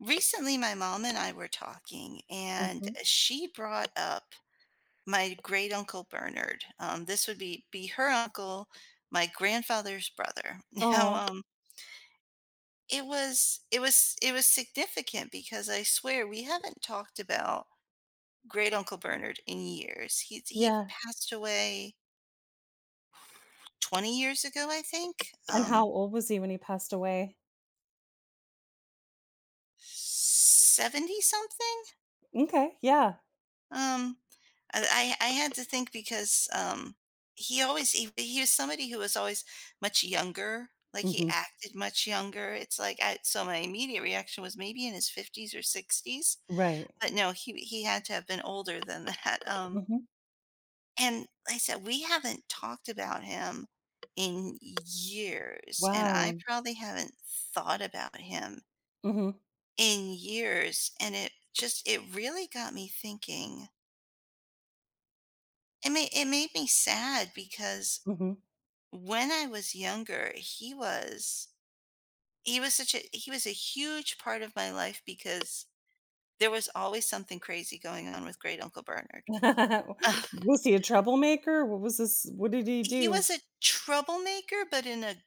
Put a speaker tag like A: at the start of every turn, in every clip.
A: Recently, my mom and I were talking, and
B: Mhm.
A: she brought up my great uncle Bernard. This would be her uncle, my grandfather's brother. Now,
B: Aw,
A: it was it was significant because I swear we haven't talked about great uncle Bernard in years. He
B: yeah,
A: passed away 20 years ago, I think.
B: and how old was he when he passed away?
A: 70 something.
B: Okay, yeah.
A: Um, I had to think because, he always he was somebody who was always much younger, like, he
B: Mhm.
A: acted much younger. It's like, I so my immediate reaction was maybe in his 50s or 60s,
B: Right.
A: but no, he had to have been older than that,
B: Mhm.
A: and like I said, we haven't talked about him in years, and I
B: Wow.
A: probably haven't thought about him
B: Mhm,
A: in years, and it really got me thinking. It made me sad because
B: mhm.
A: when I was younger, he was such a he was a huge part of my life because there was always something crazy going on with Great Uncle Bernard.
B: Was he a troublemaker? What was this what did he
A: He
B: do?
A: was a troublemaker, but in a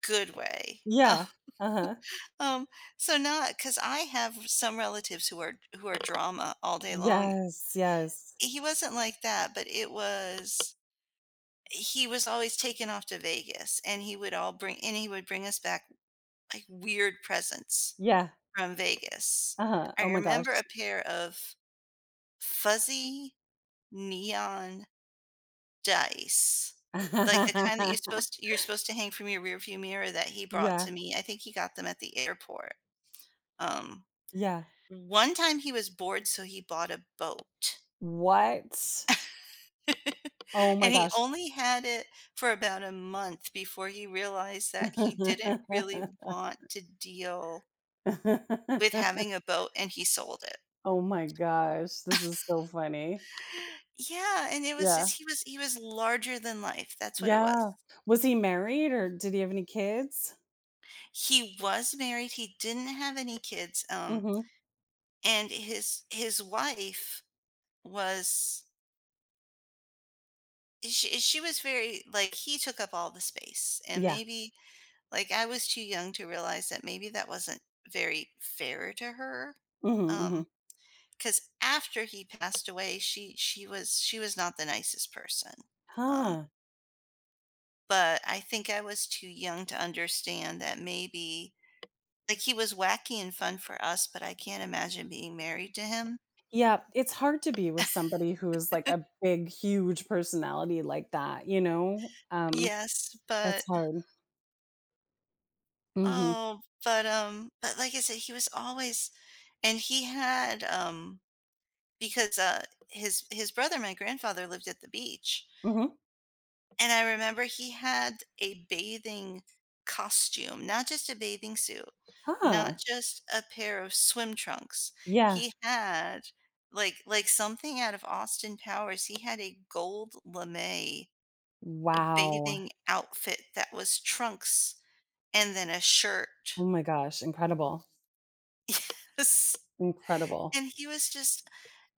A: good way.
B: Yeah. Uh-huh.
A: Um, so not because I have some relatives who are drama all day long.
B: Yes, yes.
A: He wasn't like that, but it was he was always taken off to Vegas and he would bring us back, like, weird presents
B: Yeah.
A: from Vegas.
B: Uh-huh.
A: I
B: Oh my gosh.
A: remember a pair of fuzzy neon dice, like, the kind that you're supposed to hang from your rearview mirror that he brought
B: Yeah,
A: to me. I think he got them at the airport. Um,
B: yeah.
A: one time he was bored, so he bought a boat,
B: What? Oh my
A: and he
B: gosh.
A: only had it for about a month before he realized that he didn't really want to deal with having a boat, and he sold it.
B: Oh my gosh, this is so funny.
A: Yeah, and it was
B: Yeah.
A: just he was larger than life. That's what it was.
B: Yeah. Was he married or did he have any kids?
A: He was married. He didn't have any kids.
B: Mhm.
A: And his wife was she was very he took up all the space, and
B: Yeah.
A: maybe I was too young to realize that maybe that wasn't very fair to her.
B: Mhm,
A: Um,
B: mhm.
A: because after he passed away, she was not the nicest person. Um,
B: Huh.
A: But I think I was too young to understand that maybe, like, he was wacky and fun for us, but I can't imagine being married to him.
B: Yeah, it's hard to be with somebody who is like a big, huge personality like that.
A: Yes, but
B: That's hard. Mhm,
A: oh, but like I said, he was always and he had, because, his brother, my grandfather, lived at the beach.
B: mhm.
A: And I remember he had a bathing costume, not just a bathing suit, not
B: Huh.
A: just a pair of swim trunks.
B: Yeah.
A: He had like something out of Austin Powers. He had a gold lame
B: Wow.
A: bathing outfit that was trunks and then a shirt.
B: Oh my gosh, incredible, incredible.
A: And he was just,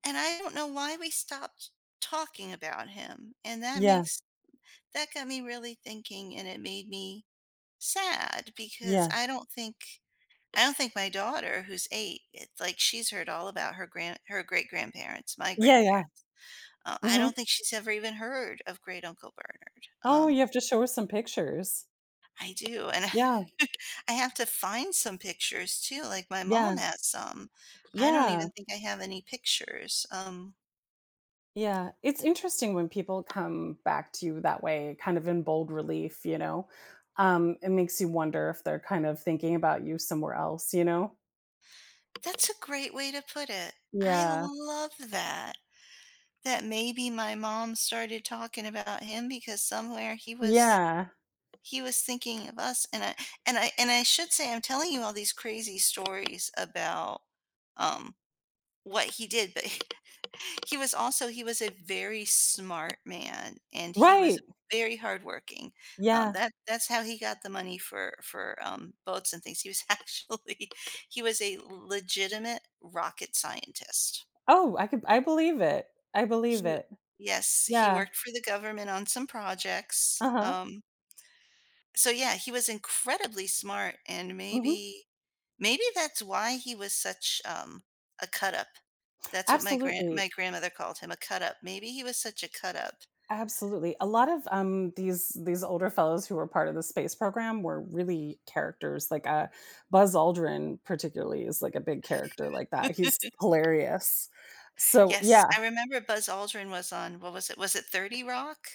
A: and I don't know why we stopped talking about him. And that
B: Yeah,
A: makes That got me really thinking and it made me sad because
B: yeah.
A: I don't think my daughter, who's eight, it's like she's heard all about her grand her great grandparents, my
B: Yeah, yeah.
A: grandparents. I
B: Mhm.
A: don't think she's ever even heard of Great Uncle Bernard.
B: Oh, you have to show us some pictures.
A: I do, and
B: Yeah,
A: I have to find some pictures too. Like my
B: yeah,
A: mom has some. I don't
B: yeah.
A: even think I have any pictures.
B: Yeah, it's interesting when people come back to you that way, kind of in bold relief, you know? It makes you wonder if they're kind of thinking about you somewhere else?
A: That's a great way to put it. I
B: Yeah.
A: love that. That maybe my mom started talking about him because somewhere he was,
B: Yeah.
A: he was thinking of us, and I should say I'm telling you all these crazy stories about, um, what he did, but he was a very smart man, and he was
B: Right.
A: very hardworking.
B: Yeah.
A: That's how he got the money for boats and things. He was actually he was a legitimate rocket scientist.
B: Oh, I believe it. I believe
A: He
B: it.
A: yes, he
B: Yeah.
A: worked for the government on some projects.
B: Uh-huh.
A: So yeah, he was incredibly smart and
B: Mhm.
A: maybe that's why he was such a cut up. That's what my
B: Absolutely.
A: grandmother called him, a cut up. Maybe he was such a cut up.
B: Absolutely. A lot of these older fellows who were part of the space program were really characters. Like Buzz Aldrin, particularly, is like a big character like that. He's hilarious. So
A: Yes,
B: yeah,
A: I remember Buzz Aldrin was on, what was it? Was it 30 Rock?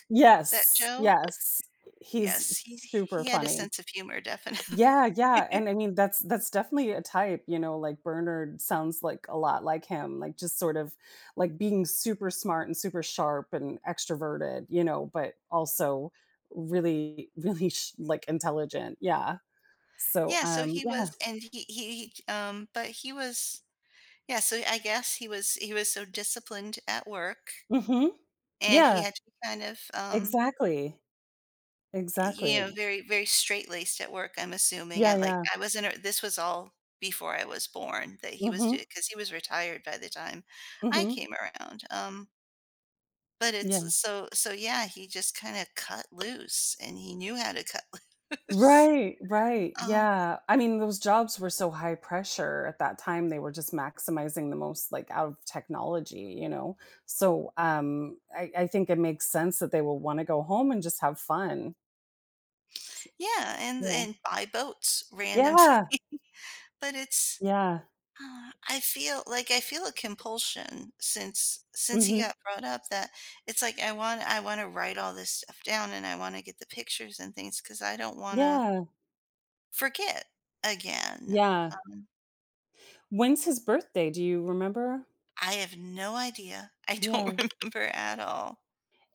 A: That
B: yes,
A: show?
B: yes,
A: Yes,
B: he's super
A: he had a
B: funny.
A: sense of humor definitely.
B: Yeah, yeah, and I mean, that's definitely a type, you know, like, Bernard sounds, like, a lot like him, like, just sort of, like, being super smart and super sharp and extroverted, you know, but also really, really, intelligent, yeah. So,
A: Yeah, so he
B: yeah.
A: was and he, but he was yeah, so I guess he was so disciplined at work
B: Mhm.
A: and he
B: Yeah,
A: had to be kind of,
B: exactly,
A: you know,
B: exactly.
A: very, very straight-laced at work, I'm assuming. I
B: Yeah,
A: like
B: yeah.
A: I wasn't a this was all before I was born that he was
B: Mhm,
A: doing because he was retired by the time I
B: mhm.
A: came around, but
B: Yeah.
A: it's so so yeah, he just kinda cut loose and he knew how to cut loose.
B: Right, right,
A: Um,
B: yeah. I mean, those jobs were so high pressure at that time, they were just maximizing the most, like, out of technology, you know? So, I think it makes sense that they will wanna go home and just have fun.
A: yeah,
B: Yeah.
A: and buy boats, random.
B: Yeah,
A: but it's
B: yeah.
A: I feel a compulsion since he
B: Mhm.
A: got brought up that it's like I want to write all this stuff down and I want to get the pictures and things because I don't want to
B: Yeah,
A: forget again.
B: yeah.
A: Um,
B: When's his birthday? Do you remember?
A: I have no idea. I don't
B: Yeah.
A: remember at all.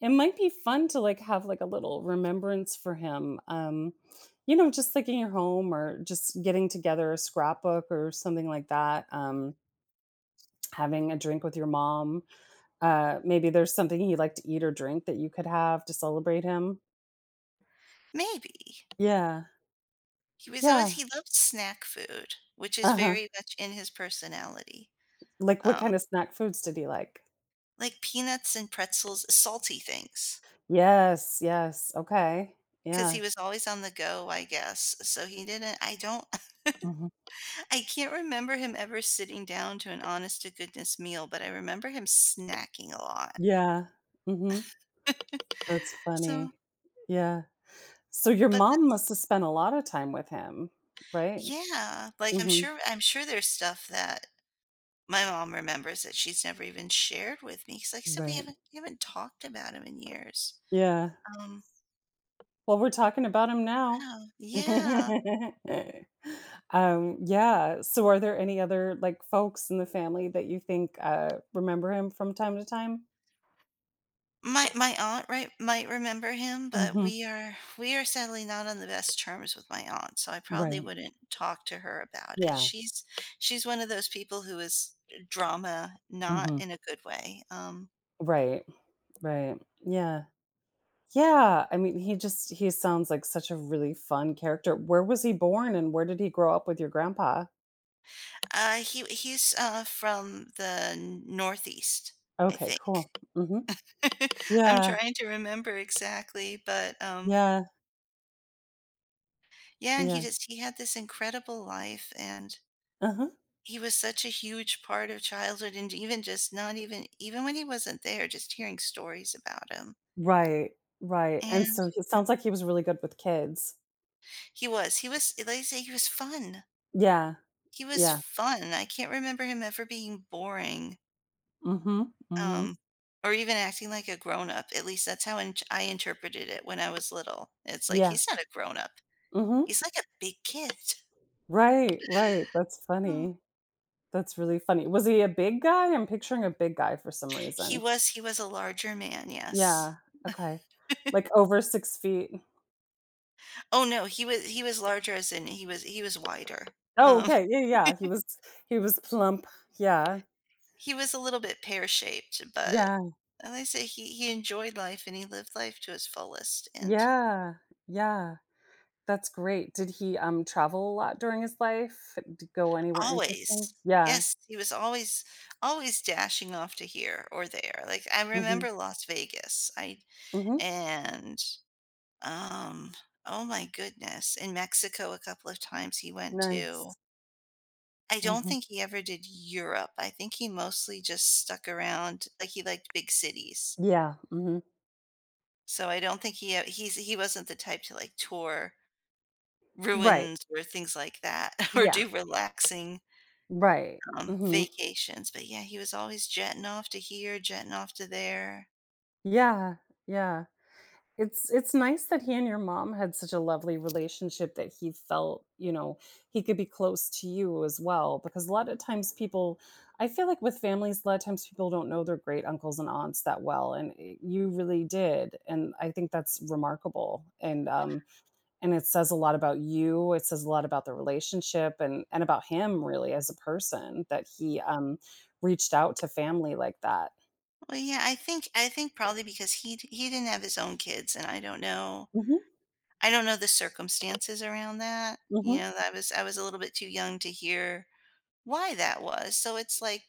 B: It might be fun to, like, have, like, a little remembrance for him, you know, just, like, in your home or just getting together a scrapbook or something like that, having a drink with your mom. Maybe there's something he liked to eat or drink that you could have to celebrate him.
A: Maybe
B: Yeah.
A: he was always,
B: Yeah.
A: he loved snack food, which is
B: Uh-huh.
A: very much in his personality,
B: Like, what
A: um,
B: kind of snack foods did he like?
A: like peanuts and pretzels, salty things
B: Yes, yes, okay.
A: because he
B: Yeah.
A: was always on the go, I guess. So he didn't.
B: Mhm.
A: I can't remember him ever sitting down to an honest to goodness meal, but I remember him snacking a lot.
B: Yeah. Mhm. That's
A: So,
B: funny. Yeah. So your
A: but
B: mom
A: that's
B: must have spent a lot of time with him, right?
A: yeah, like,
B: Mhm.
A: I'm sure there's stuff that my mom remembers that she's never even shared with me. Because, like I said,
B: Right.
A: we haven't talked about him in years.
B: Yeah.
A: Um,
B: Well, we're talking about him now.
A: yeah. Yeah.
B: Yeah. So are there any other, like, folks in the family that you think, remember him from time to time?
A: My aunt, right, might remember him, but
B: Mhm.
A: we are sadly not on the best terms with my aunt, so I probably
B: Right.
A: wouldn't talk to her about it.
B: Yeah.
A: She's one of those people who is drama, not
B: Mhm.
A: in a good way.
B: Right. Right. Yeah. Yeah. I mean, he just he sounds like such a really fun character. Where was he born and where did he grow up with your grandpa?
A: He he's from the Northeast, I
B: Okay,
A: think.
B: cool. Mhm.
A: I'm
B: Yeah.
A: trying to remember exactly, but
B: Yeah,
A: yeah, and
B: yeah,
A: he had this incredible life, and
B: uh-huh.
A: he was such a huge part of childhood and even when he wasn't there, just hearing stories about him.
B: Right, right, and
A: And
B: so it sounds like he was really good with kids.
A: he was like I say, he was fun.
B: Yeah,
A: He was
B: yeah,
A: fun. I can't remember him ever being boring,
B: mhm, mhm,
A: um, or even acting like a grown-up. At least that's how in I interpreted it when I was little. It's like,
B: yeah,
A: he's not a grown-up.
B: mhm,
A: He's like a big kid.
B: right, right, that's
A: Oh.
B: funny, that's really funny. Was he a big guy? I'm picturing a big guy for some reason.
A: He was a larger man, yes.
B: Yeah, okay, like over 6 feet?
A: Oh, no, he was larger as in he was wider.
B: Oh,
A: Um
B: okay, yeah, yeah, he was plump, yeah,
A: He was a little bit pear-shaped, but
B: yeah,
A: as I say he enjoyed life and he lived life to its fullest and
B: yeah, yeah, that's great. Did he, travel a lot during his life? D go anywhere interesting?
A: always.
B: Yeah.
A: Yes, he was always always dashing off to here or there. Like, I
B: Mhm.
A: remember Las Vegas. I
B: Mhm.
A: and, um, oh my goodness, in Mexico a couple of times he went to.
B: Nice.
A: I don't
B: Mhm.
A: think he ever did Europe. I think he mostly just stuck around, like, he liked big cities.
B: Yeah. Mhm.
A: So I don't think he, he wasn't the type to, like, tour
B: Right.
A: ruins or things like that, or
B: Yeah.
A: do relaxing,
B: Right. Mhm.
A: vacations, but yeah, he was always jetting off to here, jetting off to there.
B: Yeah. Yeah. It's nice that he and your mom had such a lovely relationship that he felt, you know, he could be close to you as well because a lot of times people I feel like with families a lot of times people don't know their great uncles and aunts that well and eh, you really did and I think that's remarkable and it says a lot about you. It says a lot about the relationship and about him really as a person that he, reached out to family like that.
A: Well, yeah, I think probably because he didn't have his own kids, and
B: Mhm,
A: I don't know the circumstances around that, you
B: mhm,
A: know, I was a little bit too young to hear why that was, so it's like,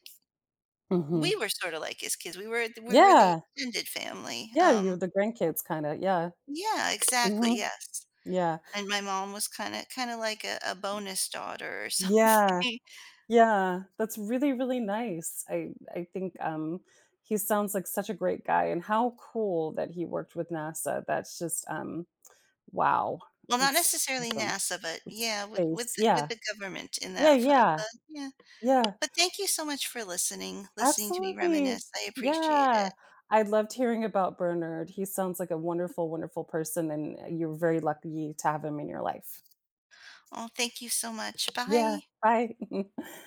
B: mhm.
A: we were sorta like his kids, we were the
B: Yeah,
A: extended family,
B: yeah,
A: um.
B: you're the grandkids kinda, yeah.
A: Yeah, exactly,
B: Mhm,
A: yes.
B: yeah.
A: And my mom was kinda like a bonus daughter or
B: Yeah,
A: something.
B: yeah, that's really, really nice. I think, he sounds like such a great guy, and how cool that he worked with NASA. That's just, wow.
A: Well, not
B: That's
A: necessarily
B: awesome.
A: NASA, but
B: With
A: yeah, with with
B: space,
A: with
B: yeah.
A: the government in
B: Yeah,
A: that fu
B: yeah,
A: but yeah.
B: yeah.
A: But thank you so much for listening to me
B: Absolutely.
A: reminisce, I appreciate
B: Yeah.
A: it.
B: I loved hearing about Bernard. He sounds like a wonderful, wonderful person, and you're very lucky to have him in your life.
A: Oh, thank you so much.
B: Yeah.
A: Bye.
B: Bye.